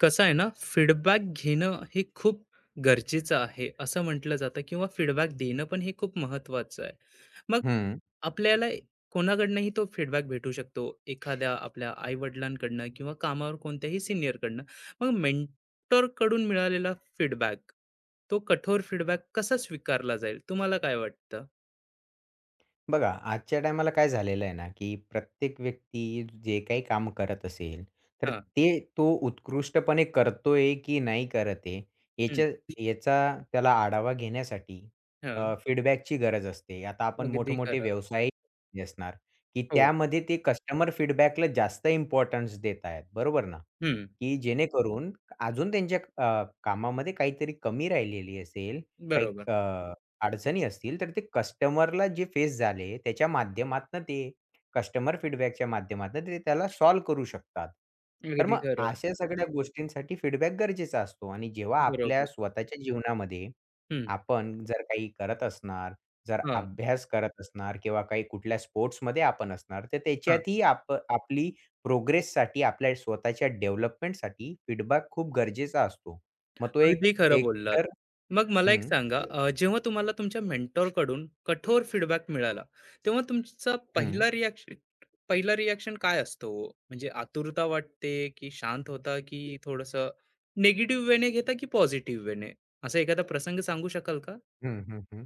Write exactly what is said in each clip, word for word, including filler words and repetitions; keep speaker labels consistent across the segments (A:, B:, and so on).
A: कसं आहे ना, फीडबॅक घेणं हे खूप गरजेचं आहे, असं म्हटलं जातं किंवा फीडबॅक देणं पण हे खूप महत्त्वाचं आहे. मग
B: हं.
A: आपल्याला कोणाकडनंही तो फीडबॅक भेटू शकतो, एखाद्या आपल्या आई-वडिलांकडनं किंवा कामावर कोणत्याही सीनियरकडनं. मग मेंटरकडून मिळालेला फीडबॅक, तो कठोर फीडबॅक कसा स्वीकारला जाईल, तुम्हाला काय वाटतं?
B: बघा, आजच्या टायमाला काय झालेलं आहे ना, की प्रत्येक व्यक्ती जे काही काम करत असेल, तर
A: हां,
B: ते तो उत्कृष्टपणे करतोय की नाही करत आहे,
A: हं,
B: याच्या याचा त्याला आढावा घेण्यासाठी
A: हां,
B: अ, फीडबॅकची गरज असते. आता आपण
A: अगदी
B: मोठे-मोठे
A: खरं.
B: व्यवसाय असणार, की
A: हो,
B: त्यामध्ये ते कस्टमर फीडबॅकला जास्त इम्पोर्टन्स देत आहेत, बरोबर ना?
A: हं,
B: की जेणेकरून अजून त्यांच्या अ, कामामध्ये काहीतरी कमी राहिलेली असेल, काही
A: बरोबर.
B: अडचणी असतील, तर ते कस्टमरला जे फेस झाले, त्याच्या माध्यमातनं ते कस्टमर फीडबॅकच्या माध्यमातनं ते त्याला सॉल्व्ह करू शकतात. तर
A: अगदी
B: मग
A: खरं,
B: अशा सगळ्या गोष्टींसाठी फीडबॅक गरजेचा असतो आणि जेव्हा आपल्या
A: बरोबर.
B: स्वतःच्या जीवनामध्ये
A: हं,
B: आपण जर काही करत असणार, जर
A: हां,
B: अभ्यास करत असणार किंवा काही कुठल्या स्पोर्ट्समध्ये आपण असणार, तर त्याच्यातही आप आपली प्रोग्रेससाठी, आपल्या स्वतःच्या डेव्हलपमेंटसाठी फीडबॅक खूप गरजेचा असतो. मग तो एक
A: अगदी खरं
B: एक
A: बोललात.
B: तर
A: मग मला एक
B: हं,
A: सांगा, अ, जेव्हा तुम्हाला तुमच्या mentor कडून, कठोर फीडबॅक मिळाला, तेव्हा तुमचा
B: हं.
A: पहिला रिएक्शन पहिला रिएक्शन काय असतो हो? म्हणजे आतुरता वाटते, की शांत होता, की थोडंसं निगेटिव्ह वेने घेता, की पॉझिटिव्ह वेने? असा एखादा प्रसंग सांगू शकाल का?
B: हं, हं, हं.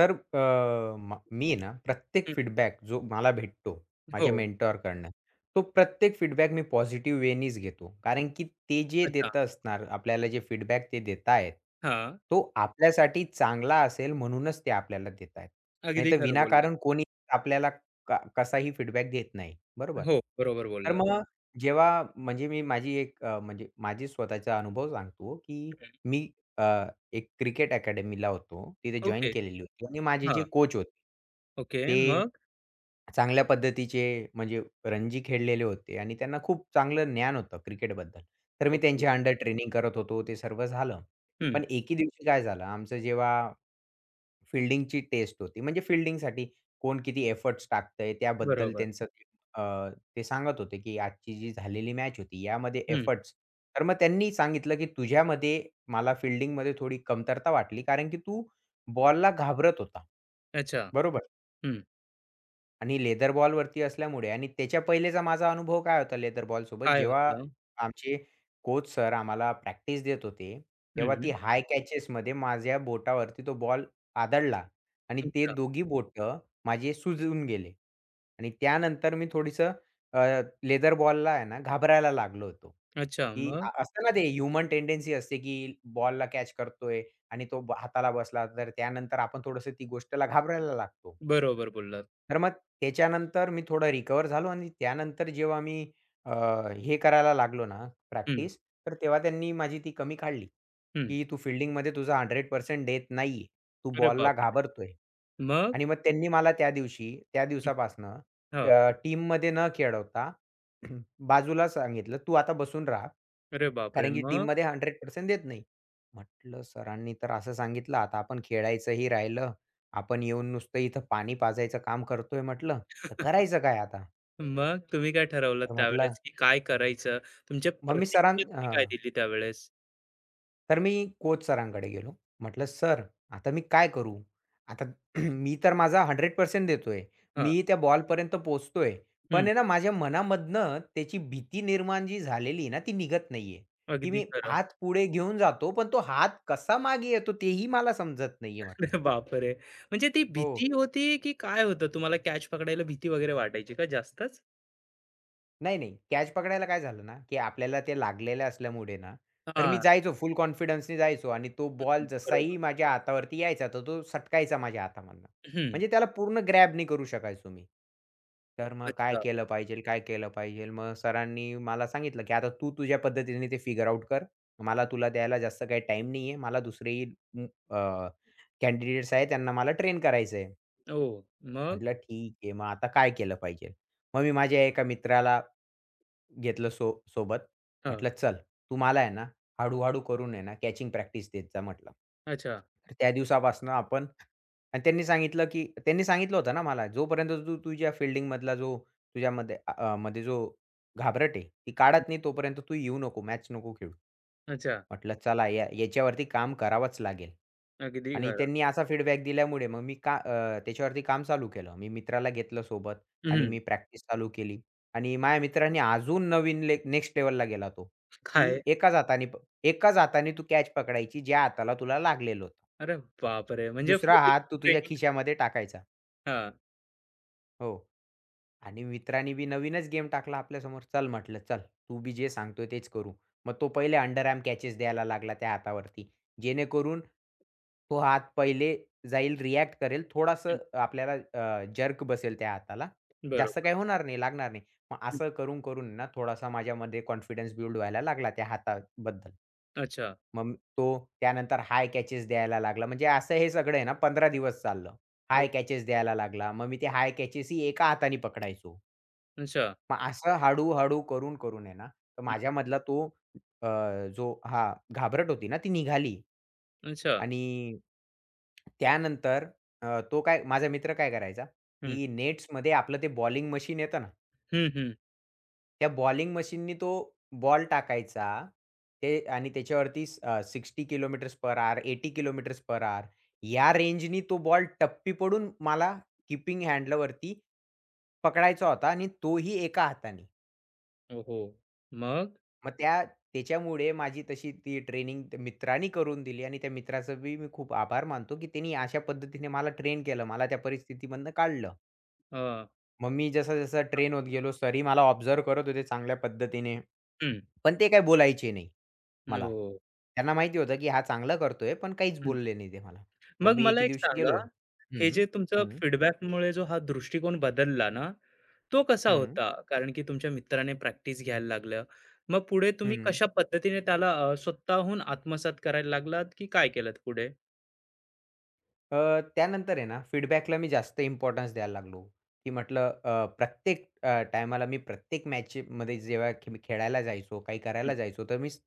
B: तर अ, म मी ना प्रत्येक
A: हं.
B: फीडबॅक जो मला भेटतो माझ्या
A: हो.
B: मेंटॉरकडनं, तो प्रत्येक फीडबॅक मी पॉझिटिव्ह वेनीच घेतो. कारण की ते जे
A: अच्छा.
B: देत असणार आपल्याला जे फीडबॅक ते देत आहेत,
A: हां.
B: तो आपल्यासाठी चांगला असेल म्हणूनच ते आपल्याला देत आहेत.
A: अगदी
B: नाहीतर
A: खरं
B: विनाकारण
A: बोललात.
B: कोणी आपल्याला क कसाही फीडबॅक देत नाही, बरोबर?
A: हो, बरोबर
B: तर
A: बोललात.
B: मग जेव्हा म्हणजे मी माझी एक अ, म्हणजे माझी स्वतःचा अनुभव सांगतो, की
A: हं.
B: मी अ एक क्रिकेट अकॅडमीला होतो. तिथे जॉइन
A: ओके.
B: केलेली होती आणि माझे जे
A: हां.
B: कोच होते,
A: ओके.
B: ते
A: मग?
B: चांगल्या पद्धतीचे म्हणजे रणजी खेळलेले होते आणि त्यांना खूप चांगलं ज्ञान होतं क्रिकेटबद्दल. तर मी
A: ओके.
B: त्यांच्या अंडर ट्रेनिंग करत होतो. ते सर्व झालं.
A: हं.
B: पण एके दिवशी काय झालं, आमचं जेव्हा फिल्डिंगची टेस्ट होती. म्हणजे फिल्डिंगसाठी कोण किती एफर्ट्स टाकतंय त्याबद्दल
A: बरोबर.
B: त्यांचं ते अ, ते सांगत होते, की आजची जी झालेली मॅच होती यामध्ये
A: हं.
B: एफर्ट्स. तर मग त्यांनी सांगितलं, की तुझ्यामध्ये मला फील्डिंगमध्ये थोडी कमतरता वाटली कारण की तू बॉलला घाबरत होता.
A: अच्छा.
B: बरोबर?
A: हं.
B: आणि लेदर बॉलवरती असल्यामुळे आणि त्याच्या पहिलेचा माझा अनुभव काय होता लेदर बॉलसोबत
A: काय
B: जेव्हा
A: होतं?
B: आमचे कोच सर आम्हाला प्रॅक्टिस देत होते, तेव्हा ती हाय कॅचेसमध्ये माझ्या बोटावरती तो बॉल आदळला आणि ते
A: अच्छा,
B: दोघी बोटं माझे सुजून गेले. आणि त्यानंतर मी थोडीसं लेदर बॉलला आहे ना घाबरायला लागलो होतो,
A: अच्छा.
B: की
A: मग?
B: अ असतं ना ते ह्युमन टेंडन्सी असते, की बॉलला कॅच करतोय आणि तो ब हाताला बसला तर त्यानंतर आपण थोडंसं ती गोष्टीला घाबरायला लागतो.
A: बरोबर बोललात.
B: तर मग त्याच्यानंतर मी थोडं रिकवर झालो आणि त्यानंतर जेव्हा मी अ, हे करायला लागलो ना
A: हं,
B: प्रॅक्टिस, तर तेव्हा त्यांनी माझी ती कमी काढली,
A: हं.
B: की "तू फील्डिंगमध्ये तुझा शंभर टक्के देत नाहीये. तू
A: अरे
B: बॉलला
A: बापरे!
B: घाबरतोय."
A: मग?
B: आणि मग त्यांनी मला त्या दिवशी त्या
A: हं,
B: दिवसापासनं
A: हां.
B: अ, टीममध्ये न खेळवता बाजूला सांगितलं, "तू आता बसून राहा,
A: अरे बापरे!
B: कारण की
A: मग?
B: टीममध्ये शंभर टक्के देत नाही." म्हटलं सरांनी तर असं सांगितलं, आता आपण खेळायचंही राहिलं आपण येऊन नुसतं इथं पाणी पाजायचं काम करतोय म्हटलं, तर करायचं काय आता?
A: मग तुम्ही काय ठरवलं
B: तर म्हटलं
A: त्यावेळेस, की काय करायचं? तुमच्या
B: मग मी सरां
A: प्रतिक्रिया तुम्ही
B: हां.
A: काय दिली त्यावेळेस?
B: तर मी कोच सरांकडे गेलो. म्हटलं, "सर, आता मी काय करू? आता मी तर माझा शंभर टक्के देतोय.
A: हां.
B: मी त्या बॉलपर्यंत पोहोचतोय. पण
A: हं.
B: आहे ना, माझ्या मनामधनं त्याची भीती निर्माण जी झालेली आहे ना, ती निघत नाहीये, की
A: अगदी
B: मी
A: खरं.
B: हात पुढे घेऊन जातो, पण तो हात कसा मागे येतो तेही मला समजत नाहीये," म्हटलं.
A: अरे बापरे! म्हणजे ती
B: हो.
A: भीती होती, की काय होतं? तुम्हाला कॅच पकडायला भीती वगैरे वाटायची का जास्तच?
B: नाही, नाही. कॅच पकडायला काय झालं ना, की आपल्याला ते लागलेलं असल्यामुळे ना, तर मी
A: हां.
B: जायचो फुल कॉन्फिडन्सनी जायचो आणि तो बॉल
A: बरोबर.
B: जसाही माझ्या हातावरती यायचा, तर तो सटकायचा माझ्या हातामधनं.
A: हं.
B: म्हणजे त्याला पूर्ण ग्रॅब नाही करू शकायचो मी. तर मग काय
A: अच्छा.
B: केलं पाहिजेल, काय केलं पाहिजेल? मग सरांनी मला सांगितलं, की "आता तू तुझ्या पद्धतीने ते फिगर आउट कर. मला तुला द्यायला जास्त काही टाईम नाहीये. मला दुसरेही कॅन्डिडेट्स आहेत त्यांना मला ट्रेन करायचंय."
A: ओह! मग?
B: म्हटलं ठीक आहे, मग आता काय केलं पाहिजे? मग मी माझ्या एका मित्राला घेतलं सो सोबत.
A: हां.
B: म्हटलं, "चल, तू मला आहे ना, हळू करून आहे ना, कॅचिंग प्रॅक्टिस देत जा," म्हटलं.
A: अच्छा.
B: तर त्या दिवसापासनं आपण आणि त्यांनी सांगितलं, की त्यांनी सांगितलं होतं ना मला, "जोपर्यंत तू तुझ्या फील्डिंगमधला जो तुझ्यामध्ये अ, मध्ये जो घाबरट आहे, ती
A: हम्म,
B: काढत नाही तोपर्यंत तू येऊ नको, मॅच नको खेळू."
A: अच्छा.
B: म्हटलं चला या याच्यावरती काम करावंच लागेल.
A: अगदी
B: आणि
A: खरं.
B: त्यांनी असा फीडबॅक दिल्यामुळे मग मी का अ, त्याच्यावरती काम चालू केलं. मी मित्राला घेतलं सोबत आणि
A: हं.
B: मी प्रॅक्टिस चालू केली आणि माझ्या मित्राने अजून नवीन ले नेक्स्ट लेव्हलला गेला तो, की
A: काय?
B: एकाच हाताने प एकाच हाताने तू कॅच पकडायची ज्या हाताला तुला लागलेलं होतं.
A: अरे बापरे! म्हणजे
B: दुसरा
A: फुल
B: हात तू तुझ्या
A: ट्रेनिंग
B: खिशामध्ये टाकायचा.
A: हां.
B: हो. आणि मित्रांनी बी नवीनच गेम टाकला आपल्यासमोर. चल म्हटलं, "चल, तू बी जे सांगतोय तेच करू." मग तो पहिले अंडर आर्म कॅचेस द्यायला लागला त्या हातावरती. जेणेकरून तो हात पहिले जाईल, रिएक्ट करेल.
A: हं.
B: थोडंसं आपल्याला जर्क बसेल त्या हाताला. जास्त
A: बरोबर.
B: काही होणार नाही, लागणार नाही. मग
A: हं.
B: असं करून, करून ना थोडासा माझ्यामध्ये कॉन्फिडन्स बिल्ड व्हायला लागला त्या हाताबद्दल.
A: अच्छा.
B: मग तो त्यानंतर हाय कॅचेस द्यायला लागला. म्हणजे असं हे सगळं आहे ना पंधरा दिवस चाललं.
A: अ,
B: हाय कॅचेस द्यायला लागला. मग मी ते हाय कॅचेस ही एका हाताने पकडायचो.
A: अच्छा.
B: मग असं हळू-हळू करून, करून आहे ना, तर
A: हं.
B: माझ्यामधला तो अ, जो हां, घाबरट होती ना ती निघाली.
A: अच्छा.
B: आणि त्यानंतर अ, तो काय माझा मित्र काय करायचा,
A: हं.
B: की नेट्समध्ये आपलं ते बॉलिंग मशीन येतं ना
A: हं, हं.
B: त्या बॉलिंग मशीननी तो बॉल टाकायचा. ते आणि त्याच्यावरती अ, साठ किलोमीटर्स पर हॉवर, ऐंशी किलोमीटर्स पर हॉवर या रेंजनी तो बॉल टप्पी पडून मला कीपिंग हँडलवरती पकडायचा होता आणि तोही एका हाताने.
A: ओहो! मग?
B: मग त्या त्याच्यामुळे माझी तशी ती ट्रेनिंग मित्रांनी करून दिली आणि त्या मित्राचं बी मी खूप आभार मानतो, की त्यांनी अशा पद्धतीने मला ट्रेन केलं. मला त्या परिस्थितीमधनं काढलं.
A: अ,
B: मग मी जसा-जसा ट्रेन होत गेलो, सरी ही मला ऑब्झर्व्ह करत होते चांगल्या पद्धतीने.
A: हं.
B: पण ते काही बोलायचे नाही मला.
A: हो.
B: त्यांना माहिती होतं, की हा चांगलं करतोय, पण काहीच
A: हं.
B: बोलले नाही ते मला. मग
A: मग
B: मी
A: मला
B: एके
A: एक
B: दिवशी
A: सांगा,
B: गेलो
A: हे
B: हं,
A: जे तुमचं
B: हं,
A: फीडबॅकमुळे जो हा दृष्टिकोन बदलला ना, तो कसा
B: हं,
A: होता? कारण की तुमच्या मित्राने प्रॅक्टिस घ्यायला लागलं. मग पुढे तुम्ही
B: हं.
A: कशा पद्धतीने त्याला अ, स्वतःहून आत्मसात करायला लागलात, की काय केलंत पुढे?
B: अ, त्यानंतर आहे ना, फीडबॅकला मी जास्त इम्पोर्टन्स द्यायला लागलो, की म्हटलं अ, प्रत्येक टायमाला मी प्रत्येक मॅचमध्ये जेव्हा मी खेळायला जायचो, काही
A: हं,
B: करायला जायचो, तर मी स-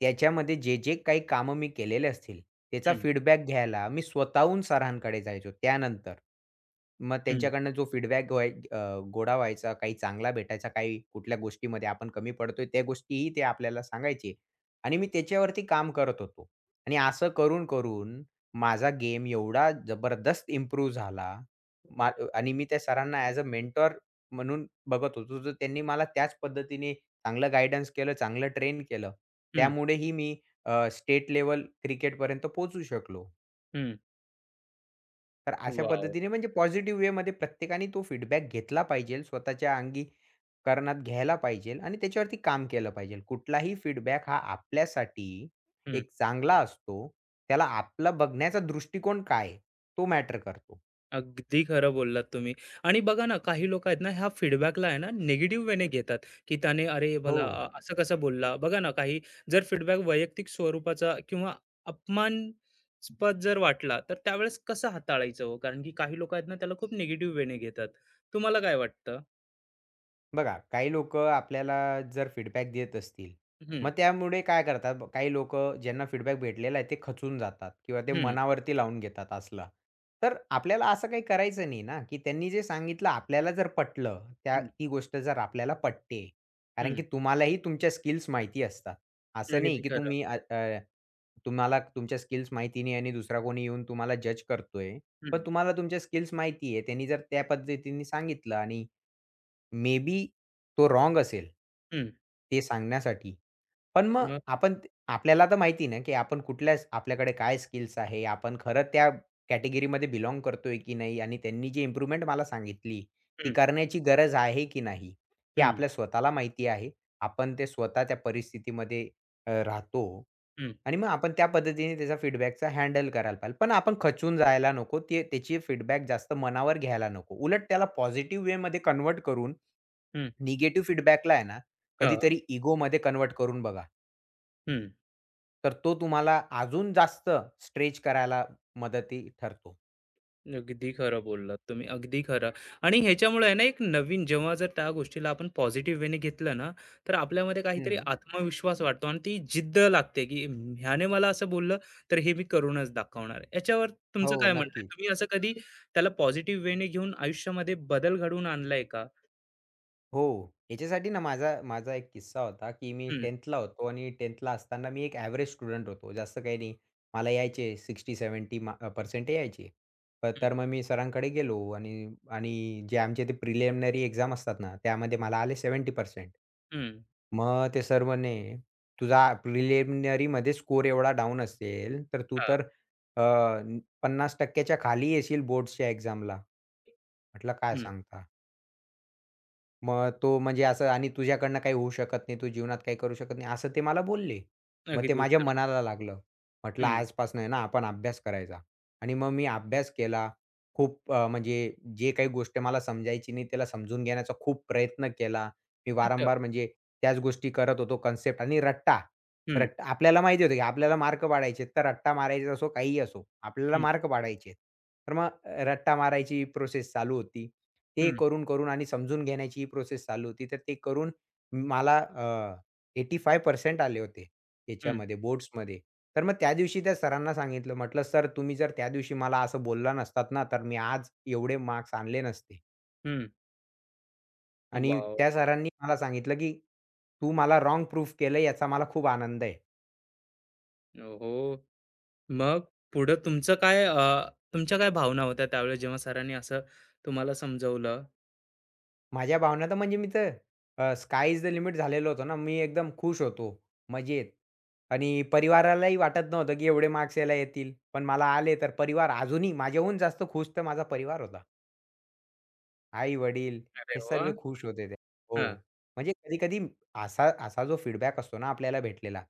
B: त्याच्यामध्ये जे, जे काही कामं मी केलेले असतील, त्याचा
A: हं,
B: फीडबॅक घ्यायला मी स्वतःहून सरांकडे जायचो त्यानंतर. मग
A: हं,
B: त्यांच्याकडनं जो फीडबॅक व्हाय अ, गोळा व्हायचा, काही चांगला भेटायचा, काही कुठल्या गोष्टीमध्ये आपण कमी पडतोय, त्या गोष्टीही ते आपल्याला सांगायचे आणि मी त्याच्यावरती काम करत होतो आणि असं करून-करून माझा गेम एवढा जबरदस्त इम्प्रूव्ह झाला. मा आणि मी त्या सरांना ॲज अ मेंटॉर म्हणून बघत होतो. तर त्यांनी मला त्याच पद्धतीने चांगलं गाईडन्स केलं, चांगलं ट्रेन केलं.
A: हं,
B: त्यामुळेही मी अ, स्टेट लेव्हल क्रिकेटपर्यंत पोहोचू शकलो.
A: हं.
B: तर अशा
A: वॉव!
B: पद्धतीने म्हणजे पॉझिटिव्ह वेमध्ये प्रत्येकाने तो फीडबॅक घेतला पाहिजे. स्वतःच्या अंगी करणात घ्यायला पाहिजे आणि त्याच्यावरती काम केलं पाहिजे. कुठलाही फीडबॅक हा आपल्यासाठी एक चांगला असतो. त्याला आपला बघण्याचा दृष्टिकोन काय आहे, तो मॅटर करतो.
A: अगदी खरं बोललात तुम्ही. आणि बघा ना, काही लोक आहेत ना ह्या फीडबॅकला आहे ना निगेटिव्ह वेने घेतात, की त्याने अरे
B: हो.
A: मला अ, असं कसं बोलला, बघा ना, काही जर फीडबॅक वैयक्तिक स्वरूपाचा किंवा अपमानस्पद जर वाटला तर त्यावेळेस कसं हाताळायचं हो, कारण की काही लोक आहेत ना त्याला खूप निगेटिव्ह वेने घेतात. तुम्हाला काय वाटतं?
B: बघा, काही लोक आपल्याला जर फीडबॅक देत असतील,
A: हम्म.
B: मग त्यामुळे काय करतात, ब- काही लोक ज्यांना फीडबॅक भेटलेला आहे, ते खचून जातात किंवा ते
A: हम्म.
B: मनावरती लावून घेतात असला. तर आपल्याला असं काही करायचं नाही ना, की त्यांनी जे सांगितलं आपल्याला जर पटलं, त्या
A: हम्म.
B: ती गोष्ट जर आपल्याला पटते. कारण की
A: हम्म.
B: तुम्हालाही तुमच्या स्किल्स माहिती असतात. असं नाही
A: अगदी
B: की
A: खरं.
B: तुम्ही अ, अ, तुम्हाला तुमच्या स्किल्स माहिती नाही आणि दुसरा कोणी येऊन तुम्हाला जज करतोय. पण
A: हम्म.
B: तुम्हाला तुमच्या स्किल्स माहिती आहे. त्यांनी जर त्या पद्धतीने सांगितलं आणि मे बी तो रॉंग असेल.
A: हम्म.
B: ते सांगण्यासाठी. पण मग
A: मग
B: आपण ते- आपल्याला तर माहिती ना, की आपण कुठल्या स- आपल्याकडे काय स्किल्स आहे, आपण खरं त्या कॅटेगरीमध्ये बिलॉन्ग करतोय की नाही आणि त्यांनी जी इम्प्रूव्हमेंट मला सांगितली, ती
A: हम्म.
B: करण्याची गरज आहे की नाही, हे
A: हम्म.
B: आपल्या स्वतःला माहिती आहे. आपण ते स्वतः त्या परिस्थितीमध्ये अ, राहतो
A: हम्म.
B: आणि मग आपण त्या पद्धतीने त्याचा फीडबॅकचा हँडल करायला पाहिजे. पण आपण खचून जायला नको. ते त्याची फीडबॅक जास्त मनावर घ्यायला नको. उलट त्याला पॉझिटिव्ह वेमध्ये कन्व्हर्ट करून
A: हम्म.
B: निगेटिव्ह फीडबॅकला आहे ना,
A: हा,
B: कधीतरी इगोमध्ये कन्व्हर्ट करून बघा.
A: हम्म.
B: तर तो तुम्हाला अजून जास्त स्ट्रेच करायला मदती ठरतो.
A: अगदी खरं बोललात तुम्ही, अगदी खरं. आणि ह्याच्यामुळे आहे ना, एक नवीन जेव्हा जर त्या गोष्टीला आपण पॉझिटिव्ह वेने घेतलं ना, तर आपल्यामध्ये काहीतरी
B: हं.
A: आत्मविश्वास वाढतो आणि ती जिद्द लागते, की "म, ह्याने मला असं बोललं, तर हे मी करूनच दाखवणार. आहे." याच्यावर
B: हो,
A: तुमचं काय म्हणणं आहे?
B: नक्कीच.
A: तुम्ही असं कधी त्याला पॉझिटिव्ह वेने घेऊन आयुष्यामध्ये बदल घडवून आणलाय का?
B: हो. याच्यासाठी ना माझा माझा एक किस्सा होता, की मी
A: हं,
B: दहावी ला होतो आणि दहावी ला असताना मी एक एव्हरेज स्टुडंट होतो. जास्त काही नाही. मला यायचे साठ सत्तर मा पर्सेंट यायचे. अ,
A: हं,
B: तर मग मी सरांकडे गेलो आणि आणि जे आमचे ते प्रिलिमिनरी एक्झाम असतात ना, त्यामध्ये मला आले सत्तर टक्के.
A: हं.
B: मग ते सर म्हणे, "तुझा प्रिलिमिनरीमध्ये स्कोर एवढा डाउन असेल, तर तू
A: हां.
B: तर अ, पन्नास टक्के च्या खाली येशील बोर्ड्सच्या एक्झामला." म्हटलं, "काय
A: हं.
B: सांगता?" मग तो म्हणजे असं आणि तुझ्याकडनं काही होऊ शकत नाही, तू जीवनात काही करू शकत नाही, असं ते मला बोलले. मग ते
A: अगदी
B: माझ्या
A: खरं.
B: मनाला लागलं. म्हटलं
A: हं.
B: आजपासून आहे ना आपण अभ्यास करायचा. आणि मग मी अभ्यास केला. खूप अ, म्हणजे जे काही गोष्ट मला समजायची नाही त्याला समजून घेण्याचा खूप प्रयत्न केला. मी
A: अच्छा.
B: वारंवार म्हणजे त्याच गोष्टी करत होतो कन्सेप्ट आणि रट्टा.
A: हं,
B: रट्टा आपल्याला माहिती होतं की आपल्याला मार्क पाडायचे तर रट्टा मारायचा असो, काहीही असो. आपल्याला
A: हं,
B: मार्क पाडायचे तर मग अ, रट्टा मारायची प्रोसेस चालू होती. ते
A: हं,
B: करून-करून आणि समजून घेण्याची ही प्रोसेस चालू होती. तर ते करून मला अ, पंच्याऐंशी टक्के आले होते
A: हं,
B: याच्यामध्ये बोर्ड्समध्ये. तर मग त्या दिवशी त्या सरांना सांगितलं, म्हटलं, "सर, तुम्ही जर त्या दिवशी मला असं बोलला नसतात ना, तर मी आज एवढे मार्क्स आणले नसते."
A: हं.
B: आणि
A: वॉव!
B: त्या सरांनी मला सांगितलं, की "तू मला रॉंग प्रूफ केलं याचा मला खूप आनंद आहे."
A: हो. मग पुढं तुमचं काय, अ, तुमच्या काय भावना होत्या त्यावेळेस जेव्हा सरांनी असं तुम्हाला समजवलं?
B: माझ्या भावना तर म्हणजे मी तर uh, sky is the limit झालेलो होतो ना. मी एकदम खुश होतो, मजेत आणि परिवारालाही वाटत नव्हतं, की एवढे मार्क्स याला येतील. पण मला आले तर परिवार अजूनही माझ्याहून जास्त खुश तर माझा परिवार होता. आई-वडील
A: अरे
B: हे
A: वाह!
B: सर्व खुश होते ते. हो.
A: हां.
B: म्हणजे कधी-कधी असा असा जो फीडबॅक असतो ना आपल्याला भेटलेला,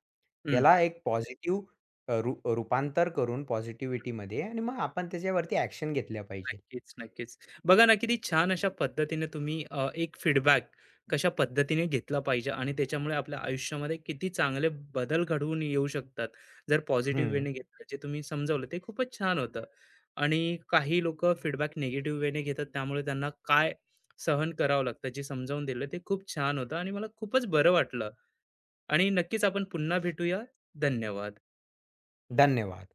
A: हं.
B: त्याला एक पॉझिटिव्ह अ, रूपांतर करून पॉझिटिव्हिटीमध्ये आणि मग आपण त्याच्यावरती ॲक्शन घेतल्या पाहिजे.
A: नक्कीच, नक्कीच. बघा ना, किती छान अशा पद्धतीने तुम्ही अ, एक फीडबॅक कशा पद्धतीने घेतला पाहिजे आणि त्याच्यामुळे आपल्या आयुष्यामध्ये किती चांगले बदल घडवून येऊ शकतात. जर पॉझिटिव्ह
B: हं.
A: वेने घेतलं, जे तुम्ही समजावलं ते खूपच छान होतं. आणि काही लोकं फीडबॅक निगेटिव्ह वेने घेतात, त्यामुळे त्यांना काय सहन करावं लागतं, जे समजावून दिलं ते खूप छान होतं आणि मला खूपच बरं वाटलं. आणि नक्कीच आपण पुन्हा भेटूया. धन्यवाद.
B: धन्यवाद.